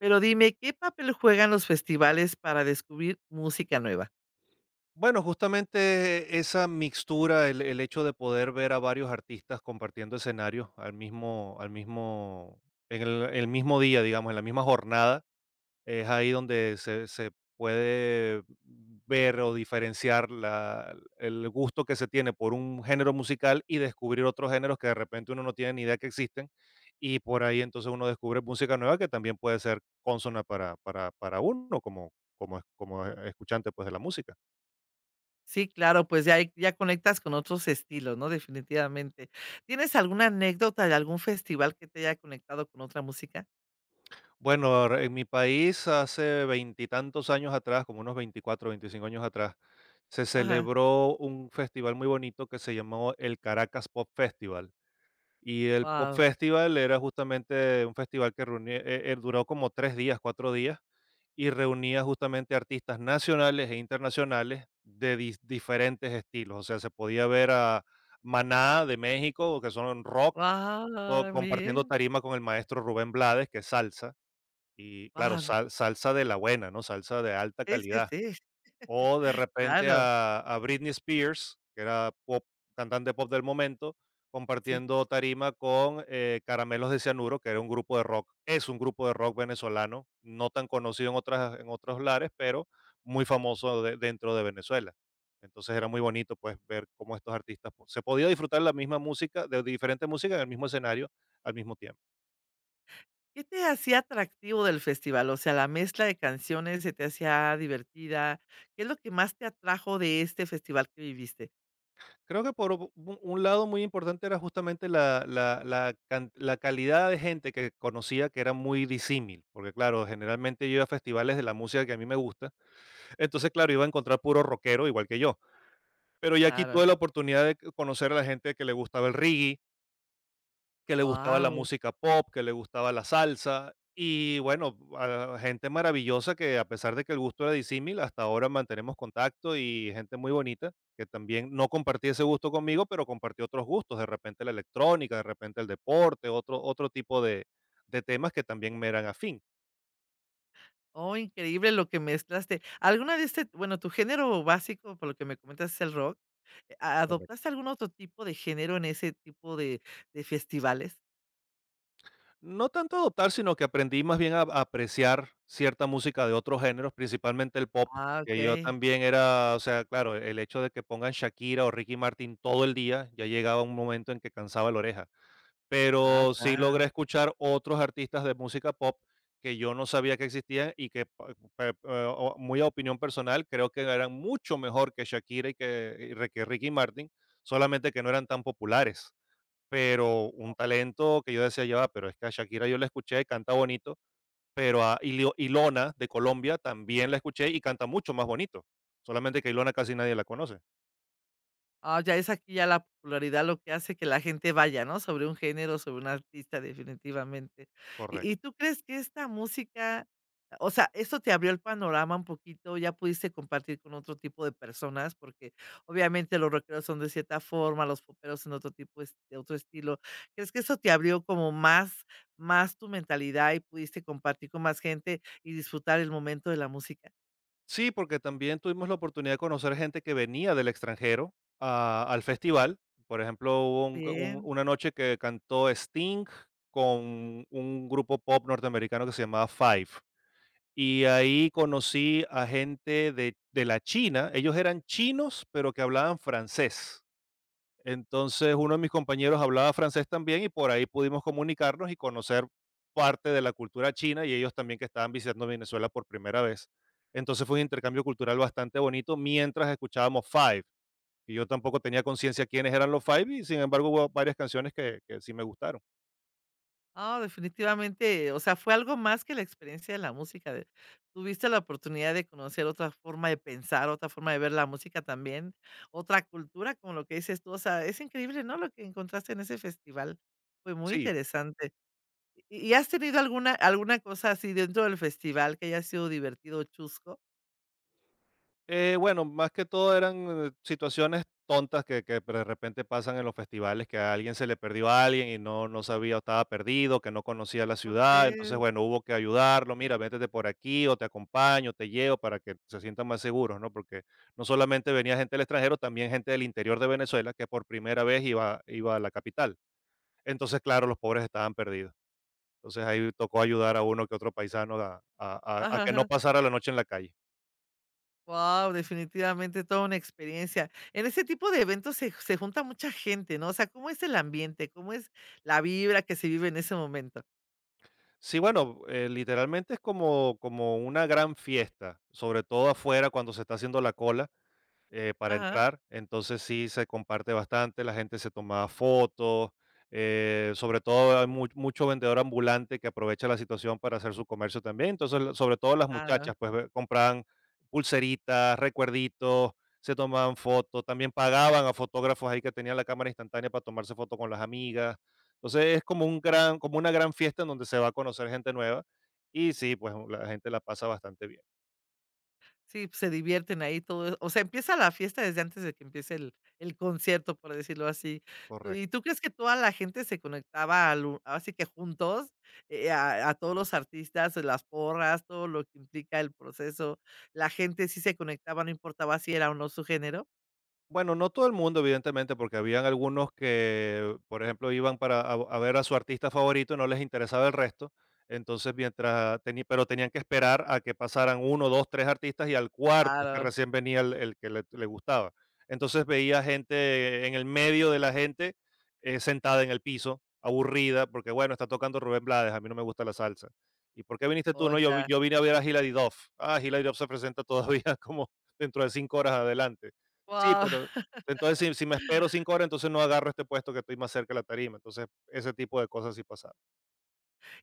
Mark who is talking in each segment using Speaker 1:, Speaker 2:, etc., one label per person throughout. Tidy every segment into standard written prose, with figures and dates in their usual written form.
Speaker 1: Pero dime, ¿qué papel juegan los festivales para descubrir música nueva?
Speaker 2: Bueno, justamente esa mixtura, el hecho de poder ver a varios artistas compartiendo escenarios en el mismo día, digamos, en la misma jornada, es ahí donde se puede ver o diferenciar la- el gusto que se tiene por un género musical y descubrir otros géneros que de repente uno no tiene ni idea que existen. Y por ahí entonces uno descubre música nueva que también puede ser consona para uno como escuchante pues, de la música.
Speaker 1: Sí, claro, pues ya, ya conectas con otros estilos, ¿no? Definitivamente. ¿Tienes alguna anécdota de algún festival que te haya conectado con otra música?
Speaker 2: Bueno, en mi país hace veintitantos años atrás, como unos 24, 25 años atrás, se
Speaker 1: Ajá.
Speaker 2: celebró un festival muy bonito que se llamó el Caracas Pop Festival. Y el Pop
Speaker 1: Wow.
Speaker 2: Festival era justamente un festival que reunía, duró como 3 días, 4 días, y reunía justamente artistas nacionales e internacionales de diferentes estilos. O sea, se podía ver a Maná de México, que son rock, todo-
Speaker 1: Wow,
Speaker 2: compartiendo
Speaker 1: bien.
Speaker 2: tarima con el maestro Rubén Blades, que es salsa y claro,
Speaker 1: Wow.
Speaker 2: salsa de la buena, ¿no? Salsa de alta
Speaker 1: Sí, sí,
Speaker 2: calidad.
Speaker 1: sí.
Speaker 2: O de repente
Speaker 1: Claro.
Speaker 2: a Britney Spears, que era pop, cantante pop del momento,
Speaker 1: Sí.
Speaker 2: compartiendo tarima con, Caramelos de Cianuro, que era un grupo de rock es un grupo de rock venezolano, no tan conocido en otros lares, pero muy famoso de dentro de Venezuela. Entonces era muy bonito, pues, ver cómo estos artistas, pues, se podía disfrutar la misma música, de diferente música en el mismo escenario al mismo tiempo.
Speaker 1: ¿Qué te hacía atractivo del festival? O sea, la mezcla de canciones se te hacía divertida. ¿Qué es lo que más te atrajo de este festival que viviste?
Speaker 2: Creo que por u un lado muy importante era justamente la calidad de gente que conocía que era muy disímil, porque claro, generalmente yo iba a festivales de la música que a mí me gusta, entonces, claro, iba a encontrar puro rockero igual que yo, pero ya aquí
Speaker 1: Claro.
Speaker 2: tuve la oportunidad de conocer a la gente que le gustaba el reggae, que le gustaba la música pop, que le gustaba la salsa y bueno, a gente maravillosa que a pesar de que el gusto era disímil, hasta ahora mantenemos contacto y gente muy bonita que también no compartía ese gusto conmigo, pero compartió otros gustos, de repente la electrónica, de repente el deporte, otro, otro tipo de temas que también me eran afín.
Speaker 1: Oh, increíble lo que mezclaste. ¿Alguna vez te tu género básico, por lo que me comentas, es el rock, ¿a adoptaste algún otro tipo de género en ese tipo de festivales?
Speaker 2: No tanto adoptar, sino que aprendí más bien a apreciar cierta música de otros géneros, principalmente el pop,
Speaker 1: Ah,
Speaker 2: que yo
Speaker 1: okey.
Speaker 2: también era, o sea, claro, el hecho de que pongan Shakira o Ricky Martin todo el día, ya llegaba un momento en que cansaba la oreja.
Speaker 1: Ah,
Speaker 2: Pero sí logré
Speaker 1: ya.
Speaker 2: escuchar otros artistas de música pop que yo no sabía que existían y que, pa- eh, muy a opinión personal, creo que eran mucho mejor que Shakira y que, y re- que Ricky Martin, solamente que no eran tan populares, pero un talento que yo decía: "Ya va, pero es que a Shakira yo la escuché, y canta bonito", pero a Ilio Ilona de Colombia también la escuché y canta mucho más bonito, solamente que Ilona casi nadie la conoce.
Speaker 1: Ah, ya es aquí ya la popularidad lo que hace que la gente vaya, ¿no? Sobre un género, sobre un artista, definitivamente. ¿Y
Speaker 2: Correcto.
Speaker 1: tú crees que esta música, o sea, esto te abrió el panorama un poquito, ya pudiste compartir con otro tipo de personas, porque obviamente los rockeros son de cierta forma, los poperos son otro tipo, de otro estilo. ¿Crees que eso te abrió como más, más tu mentalidad y pudiste compartir con más gente y disfrutar el momento de la música?
Speaker 2: Sí, porque también tuvimos la oportunidad de conocer gente que venía del extranjero a al festival. Por ejemplo, hubo un una noche que cantó Sting con un grupo pop norteamericano que se llamaba Five. Y ahí conocí a gente de la China, ellos eran chinos, pero que hablaban francés. Entonces, uno de mis compañeros hablaba francés también y por ahí pudimos comunicarnos y conocer parte de la cultura china y ellos también que estaban visitando Venezuela por primera vez. Entonces, fue un intercambio cultural bastante bonito mientras escuchábamos Five, y yo tampoco tenía conciencia quiénes eran los Five y, sin embargo, hubo varias canciones que sí me gustaron.
Speaker 1: No, definitivamente, o sea, fue algo más que la experiencia de la música, de tuviste la oportunidad de conocer otra forma de pensar, otra forma de ver la música también, otra cultura, como lo que dices tú, o sea, es increíble, ¿no?, lo que encontraste en ese festival, fue muy
Speaker 2: Sí.
Speaker 1: interesante. ¿Y has tenido alguna alguna cosa así dentro del festival que haya sido divertido o chusco?
Speaker 2: Bueno, más que todo eran situaciones tontas que de repente pasan en los festivales, que a alguien se le perdió a alguien y no, no sabía o estaba perdido, que no conocía la
Speaker 1: ¿Cómo
Speaker 2: ciudad. Entonces,
Speaker 1: crees?
Speaker 2: bueno, hubo que ayudarlo. Mira, métete por aquí o te acompaño, te llevo para que se sientan más seguros, ¿no? Porque no solamente venía gente del extranjero, también gente del interior de Venezuela que por primera vez iba, iba a la capital. Entonces, claro, los pobres estaban perdidos. Entonces ahí tocó ayudar a uno que otro paisano a que no
Speaker 1: Ajá.
Speaker 2: pasara la noche en la calle.
Speaker 1: Wow, definitivamente toda una experiencia. En ese tipo de eventos se junta mucha gente, ¿no? O sea, ¿cómo es el ambiente? ¿Cómo es la vibra que se vive en ese momento?
Speaker 2: Sí, bueno, literalmente es como, como una gran fiesta, sobre todo afuera cuando se está haciendo la cola para
Speaker 1: Ajá.
Speaker 2: entrar. Entonces sí se comparte bastante, la gente se toma fotos, sobre todo hay mucho vendedor ambulante que aprovecha la situación para hacer su comercio también. Entonces, la- sobre todo las
Speaker 1: Ah,
Speaker 2: muchachas, pues compraban pulseritas, recuerditos, se tomaban fotos, también pagaban a fotógrafos ahí que tenían la cámara instantánea para tomarse fotos con las amigas. Entonces es como un gran, como una gran fiesta en donde se va a conocer gente nueva y sí, pues la gente la pasa bastante bien.
Speaker 1: sí, se divierten ahí todo. O sea, empieza la fiesta desde antes de que empiece el concierto, por decirlo así. ¿Y
Speaker 2: Correcto.
Speaker 1: tú crees que toda la gente se conectaba así que juntos a todos los artistas, las porras, todo lo que implica el proceso? La gente sí se conectaba, no importaba si era o no su género.
Speaker 2: Bueno, no todo el mundo, evidentemente, porque habían algunos que, por ejemplo, iban para a ver a su artista favorito, no les interesaba el resto. Entonces, mientras tenía, pero tenían que esperar a que pasaran uno, dos, tres artistas y al cuarto es que
Speaker 1: Claro.
Speaker 2: recién venía el que le gustaba. Entonces veía gente en el medio de la gente sentada en el piso, aburrida, porque bueno, está tocando Rubén Blades, a mí no me gusta la salsa. ¿Y por qué viniste tú? No, yo, vi-
Speaker 1: Oye.
Speaker 2: yo vine a ver a Hilary Duff. Ah, Hilary Duff se presenta todavía como dentro de 5 horas adelante. Sí,
Speaker 1: Guau.
Speaker 2: pero entonces si me espero 5 horas, entonces no agarro este puesto que estoy más cerca de la tarima. Entonces, ese tipo de cosas sí pasaban.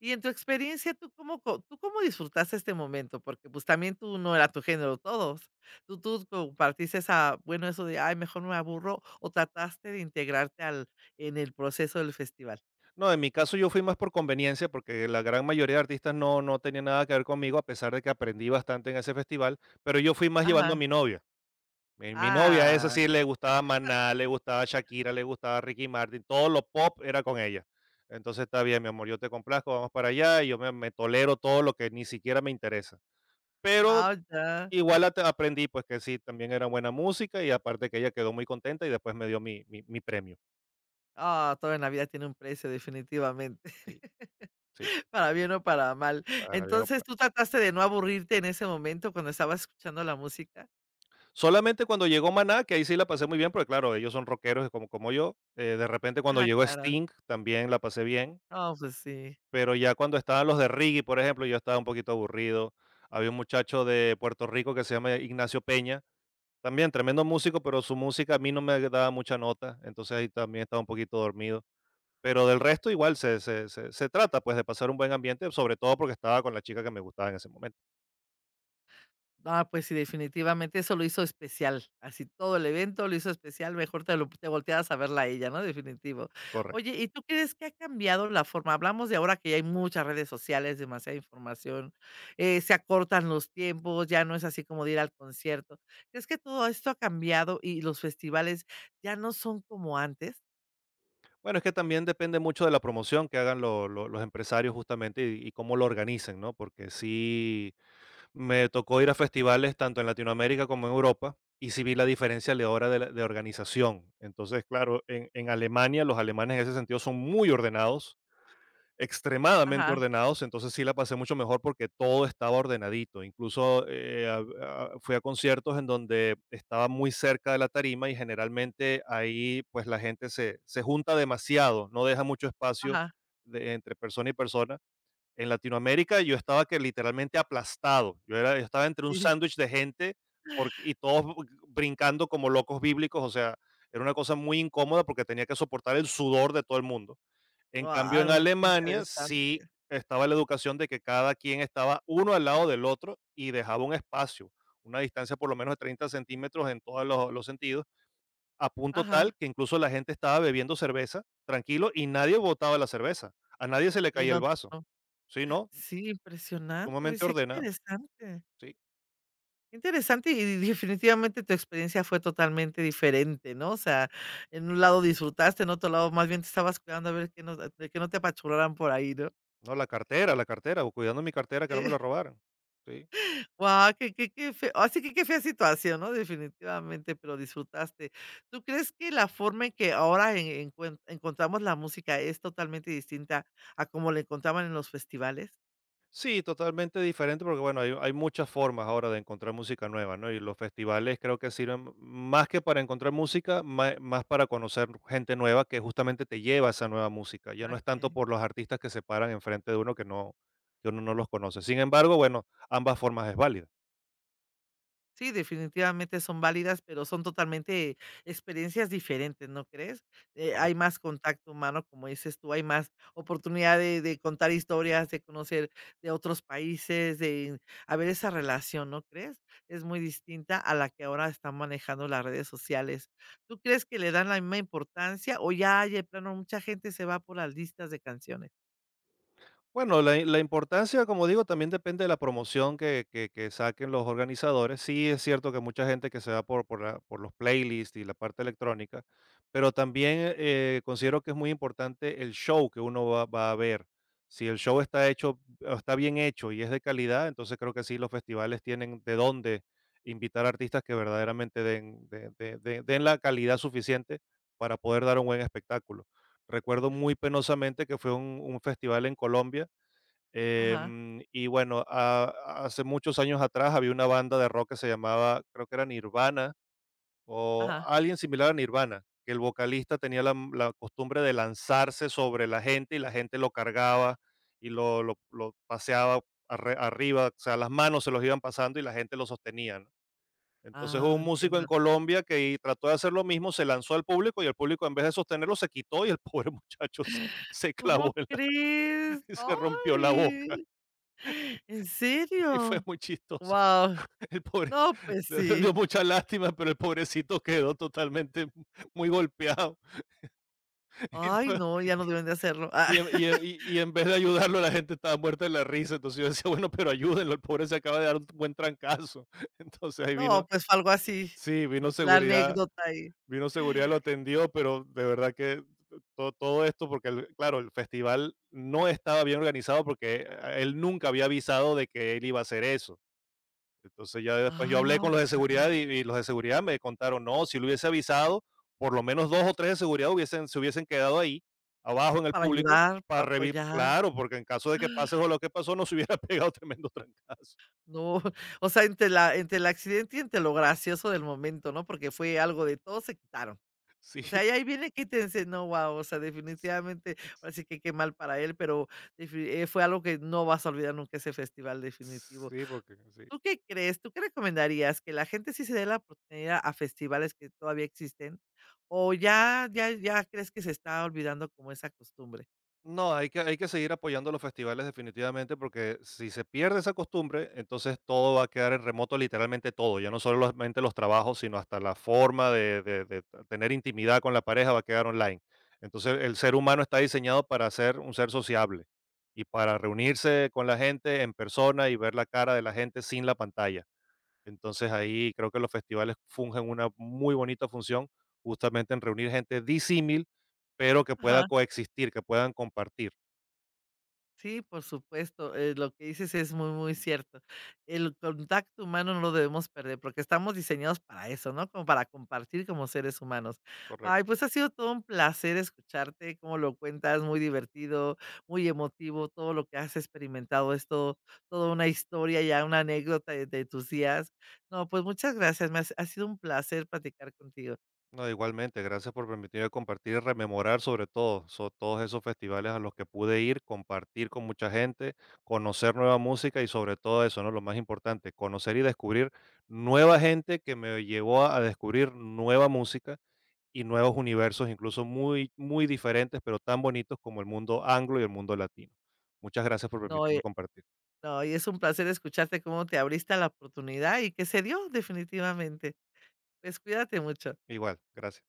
Speaker 1: Y en tu experiencia, tú cómo disfrutaste este momento? Porque, pues, también tú no era tu género todos. Tú compartiste esa eso de: "Ay, mejor no me aburro", o trataste de integrarte al en el proceso del festival.
Speaker 2: No, en mi caso yo fui más por conveniencia, porque la gran mayoría de artistas no tenía nada que ver conmigo, a pesar de que aprendí bastante en ese festival, pero yo fui más llevando a
Speaker 1: Ajá.
Speaker 2: mi novia. Mi novia, esa
Speaker 1: Ah,
Speaker 2: sí le gustaba Maná, le gustaba Shakira, le gustaba Ricky Martin, todo lo pop era con ella. Entonces, está bien, mi amor, yo te complazco, vamos para allá, y yo me tolero todo lo que ni siquiera me interesa. Pero
Speaker 1: ah, ya.
Speaker 2: igual ate aprendí, pues, que sí, también era buena música y aparte que ella quedó muy contenta y después me dio mi premio.
Speaker 1: Ah, todo en la vida tiene un precio, definitivamente,
Speaker 2: Sí, sí,
Speaker 1: para bien o para mal.
Speaker 2: para bien o
Speaker 1: Entonces,
Speaker 2: para.
Speaker 1: ¿tú trataste de no aburrirte en ese momento cuando estabas escuchando la música?
Speaker 2: Solamente cuando llegó Maná, que ahí sí la pasé muy bien, porque claro, ellos son rockeros como yo, de repente cuando
Speaker 1: Ajá,
Speaker 2: llegó
Speaker 1: claro.
Speaker 2: Sting también la pasé bien,
Speaker 1: No, pues sí.
Speaker 2: pero ya cuando estaban los de reggae, por ejemplo, yo estaba un poquito aburrido. Había un muchacho de Puerto Rico que se llama Ignacio Peña, también tremendo músico, pero su música a mí no me daba mucha nota, entonces ahí también estaba un poquito dormido. Pero del resto igual se trata, pues, de pasar un buen ambiente, sobre todo porque estaba con la chica que me gustaba en ese momento,
Speaker 1: Ah, pues sí, definitivamente eso lo hizo especial. Así todo el evento lo hizo especial, mejor te volteabas a verla a ella, ¿no? Definitivo.
Speaker 2: correcto.
Speaker 1: Oye, ¿y tú crees que ha cambiado la forma? Hablamos de ahora que ya hay muchas redes sociales, demasiada información, se acortan los tiempos, ya no es así como de ir al concierto. ¿Crees que todo esto ha cambiado y los festivales ya no son como antes?
Speaker 2: Bueno, es que también depende mucho de la promoción que hagan lo los empresarios justamente y cómo lo organicen, ¿no? Porque sí me tocó ir a festivales tanto en Latinoamérica como en Europa, y sí vi la diferencia de hora de la de organización. Entonces, claro, en Alemania, los alemanes en ese sentido son muy ordenados. Extremadamente
Speaker 1: Ajá,
Speaker 2: ordenados, entonces sí la pasé mucho mejor porque todo estaba ordenadito. Incluso, a fui a conciertos en donde estaba muy cerca de la tarima y generalmente ahí, pues, la gente se junta demasiado, no deja mucho espacio
Speaker 1: ajá.
Speaker 2: de entre persona y persona. En Latinoamérica yo estaba que literalmente aplastado, yo era yo estaba entre un
Speaker 1: Sí.
Speaker 2: sándwich de gente porque y todos b brincando como locos bíblicos, o sea, era una cosa muy incómoda porque tenía que soportar el sudor de todo el mundo. En cambio, en
Speaker 1: Wow, qué
Speaker 2: Alemania sí
Speaker 1: interesante.
Speaker 2: estaba la educación de que cada quien estaba uno al lado del otro y dejaba un espacio, una distancia por lo menos de 30 centímetros en todos los sentidos, a punto
Speaker 1: Ajá.
Speaker 2: tal que incluso la gente estaba bebiendo cerveza tranquilo y nadie botaba la cerveza. A nadie se le
Speaker 1: Y
Speaker 2: caía
Speaker 1: en
Speaker 2: el
Speaker 1: otro,
Speaker 2: vaso.
Speaker 1: ¿no?
Speaker 2: Sí, no,
Speaker 1: Sí, impresionante. Oye,
Speaker 2: sumamente
Speaker 1: sí, qué
Speaker 2: ordenado.
Speaker 1: interesante.
Speaker 2: Sí,
Speaker 1: Interesante y definitivamente tu experiencia fue totalmente diferente, ¿no? O sea, en un lado disfrutaste, en otro lado más bien te estabas cuidando a ver que no, de que no te apachurraran por ahí, ¿no?
Speaker 2: no, la cartera, o cuidando mi cartera que no me la robaran. Sí.
Speaker 1: Wow, qué Así que qué fea situación, ¿no? Definitivamente, pero disfrutaste. ¿Tú crees que la forma en que ahora encontramos la música es totalmente distinta a como la encontraban en los festivales?
Speaker 2: Sí, totalmente diferente porque bueno, hay muchas formas ahora de encontrar música nueva, ¿no? Y los festivales creo que sirven más que para encontrar música, más, para conocer gente nueva que justamente te lleva a esa nueva música. Ya no es tanto
Speaker 1: Ok.
Speaker 2: por los artistas que se paran enfrente de uno que no, que uno no los conoce. Sin embargo, bueno, ambas formas es válida.
Speaker 1: Sí, definitivamente son válidas, pero son totalmente experiencias diferentes, ¿no crees? Hay más contacto humano, como dices tú, hay más oportunidad de contar historias, de conocer de otros países, de haber esa relación, ¿no crees? Es muy distinta a la que ahora están manejando las redes sociales. ¿Tú crees que le dan la misma importancia o ya hay de plano mucha gente se va por las listas de canciones?
Speaker 2: Bueno, la importancia, como digo, también depende de la promoción que saquen los organizadores. Sí, es cierto que mucha gente que se va por los playlists y la parte electrónica, pero también, considero que es muy importante el show que uno va a ver. Si el show está hecho o está bien hecho y es de calidad, entonces creo que sí, los festivales tienen de dónde invitar artistas que verdaderamente den de den la calidad suficiente para poder dar un buen espectáculo. Recuerdo muy penosamente que fue un festival en Colombia.
Speaker 1: Ajá,
Speaker 2: Y bueno, hace muchos años atrás había una banda de rock que se llamaba, creo que era Nirvana, o
Speaker 1: ajá.
Speaker 2: alguien similar a Nirvana, que el vocalista tenía la, la costumbre de lanzarse sobre la gente, y la gente lo cargaba y lo paseaba arriba. O sea, las manos se los iban pasando y la gente lo sostenía, ¿no? Entonces hubo
Speaker 1: Ah,
Speaker 2: un músico en
Speaker 1: entiendo.
Speaker 2: Colombia que y trató de hacer lo mismo, se lanzó al público y el público, en vez de sostenerlo, se quitó, y el pobre muchacho se, se clavó
Speaker 1: ¿Cómo crees?
Speaker 2: y se rompió la boca,
Speaker 1: ¡Ay! ¿En
Speaker 2: y fue
Speaker 1: serio?
Speaker 2: muy chistoso.
Speaker 1: Wow.
Speaker 2: El pobre
Speaker 1: No, pues
Speaker 2: dio
Speaker 1: sí.
Speaker 2: mucha lástima, pero el pobrecito quedó totalmente muy golpeado. Y
Speaker 1: Ay,
Speaker 2: to
Speaker 1: no, ya no deben de hacerlo. Ah,
Speaker 2: y en y en y y en vez de ayudarlo, la gente estaba muerta de la risa. Entonces, yo decía: "Bueno, pero ayúdenlo, el pobre se acaba de dar un buen trancazo". Entonces, ahí vino,
Speaker 1: no, pues fue algo así,
Speaker 2: sí,
Speaker 1: la anécdota ahí.
Speaker 2: vino seguridad, lo atendió, pero de verdad que todo esto, porque el claro, el festival no estaba bien organizado, porque él nunca había avisado de que él iba a hacer eso. Entonces ya después yo hablé
Speaker 1: Ah,
Speaker 2: con los de
Speaker 1: ya,
Speaker 2: seguridad, y los de seguridad me contaron, no, si lo hubiese avisado, por lo menos dos o tres de seguridad hubiesen, se hubiesen quedado ahí, abajo en el
Speaker 1: para
Speaker 2: público,
Speaker 1: ayudar,
Speaker 2: para
Speaker 1: para
Speaker 2: revisar,
Speaker 1: apoyar.
Speaker 2: claro, porque en caso de que pase o lo que pasó, nos hubiera pegado tremendo trancazo.
Speaker 1: No, o sea, entre la entre el accidente y entre lo gracioso del momento, ¿no? Porque fue algo de todos se quitaron.
Speaker 2: Sí,
Speaker 1: O sea, y ahí viene, quítense, no, wow. O sea, definitivamente, ahora sí que qué mal para él, pero defi fue algo que no vas a olvidar nunca ese festival, definitivo.
Speaker 2: sí, porque sí.
Speaker 1: ¿Tú qué crees? ¿Tú qué recomendarías? ¿Que la gente sí se dé la oportunidad a festivales que todavía existen? ¿O ya crees que se está olvidando como esa costumbre?
Speaker 2: No, hay que seguir apoyando los festivales definitivamente, porque si se pierde esa costumbre, entonces todo va a quedar en remoto, literalmente todo, ya no solamente los trabajos, sino hasta la forma de, de tener intimidad con la pareja va a quedar online. Entonces el ser humano está diseñado para ser un ser sociable y para reunirse con la gente en persona y ver la cara de la gente sin la pantalla. Entonces ahí creo que los festivales fungen una muy bonita función, justamente en reunir gente disímil, pero que pueda coexistir, que puedan compartir.
Speaker 1: Sí, por supuesto, lo que dices es muy, muy cierto. El contacto humano no lo debemos perder porque estamos diseñados para eso, ¿no? Como para compartir como seres humanos.
Speaker 2: Correcto.
Speaker 1: Ay, pues ha sido todo un placer escucharte, cómo lo cuentas, muy divertido, muy emotivo, todo lo que has experimentado, es todo, toda una historia, ya una anécdota de tus días. No, pues muchas gracias, ha sido un placer platicar contigo.
Speaker 2: No, igualmente, gracias por permitirme compartir y rememorar sobre todo, todos esos festivales a los que pude ir, compartir con mucha gente, conocer nueva música y sobre todo eso, ¿no? Lo más importante, conocer y descubrir nueva gente que me llevó a descubrir nueva música y nuevos universos, incluso muy, muy diferentes, pero tan bonitos como el mundo anglo y el mundo latino. Muchas gracias por
Speaker 1: No,
Speaker 2: permitirme compartir.
Speaker 1: no, y es un placer escucharte cómo te abriste a la oportunidad y que se dio definitivamente. Pues cuídate mucho.
Speaker 2: Igual, gracias.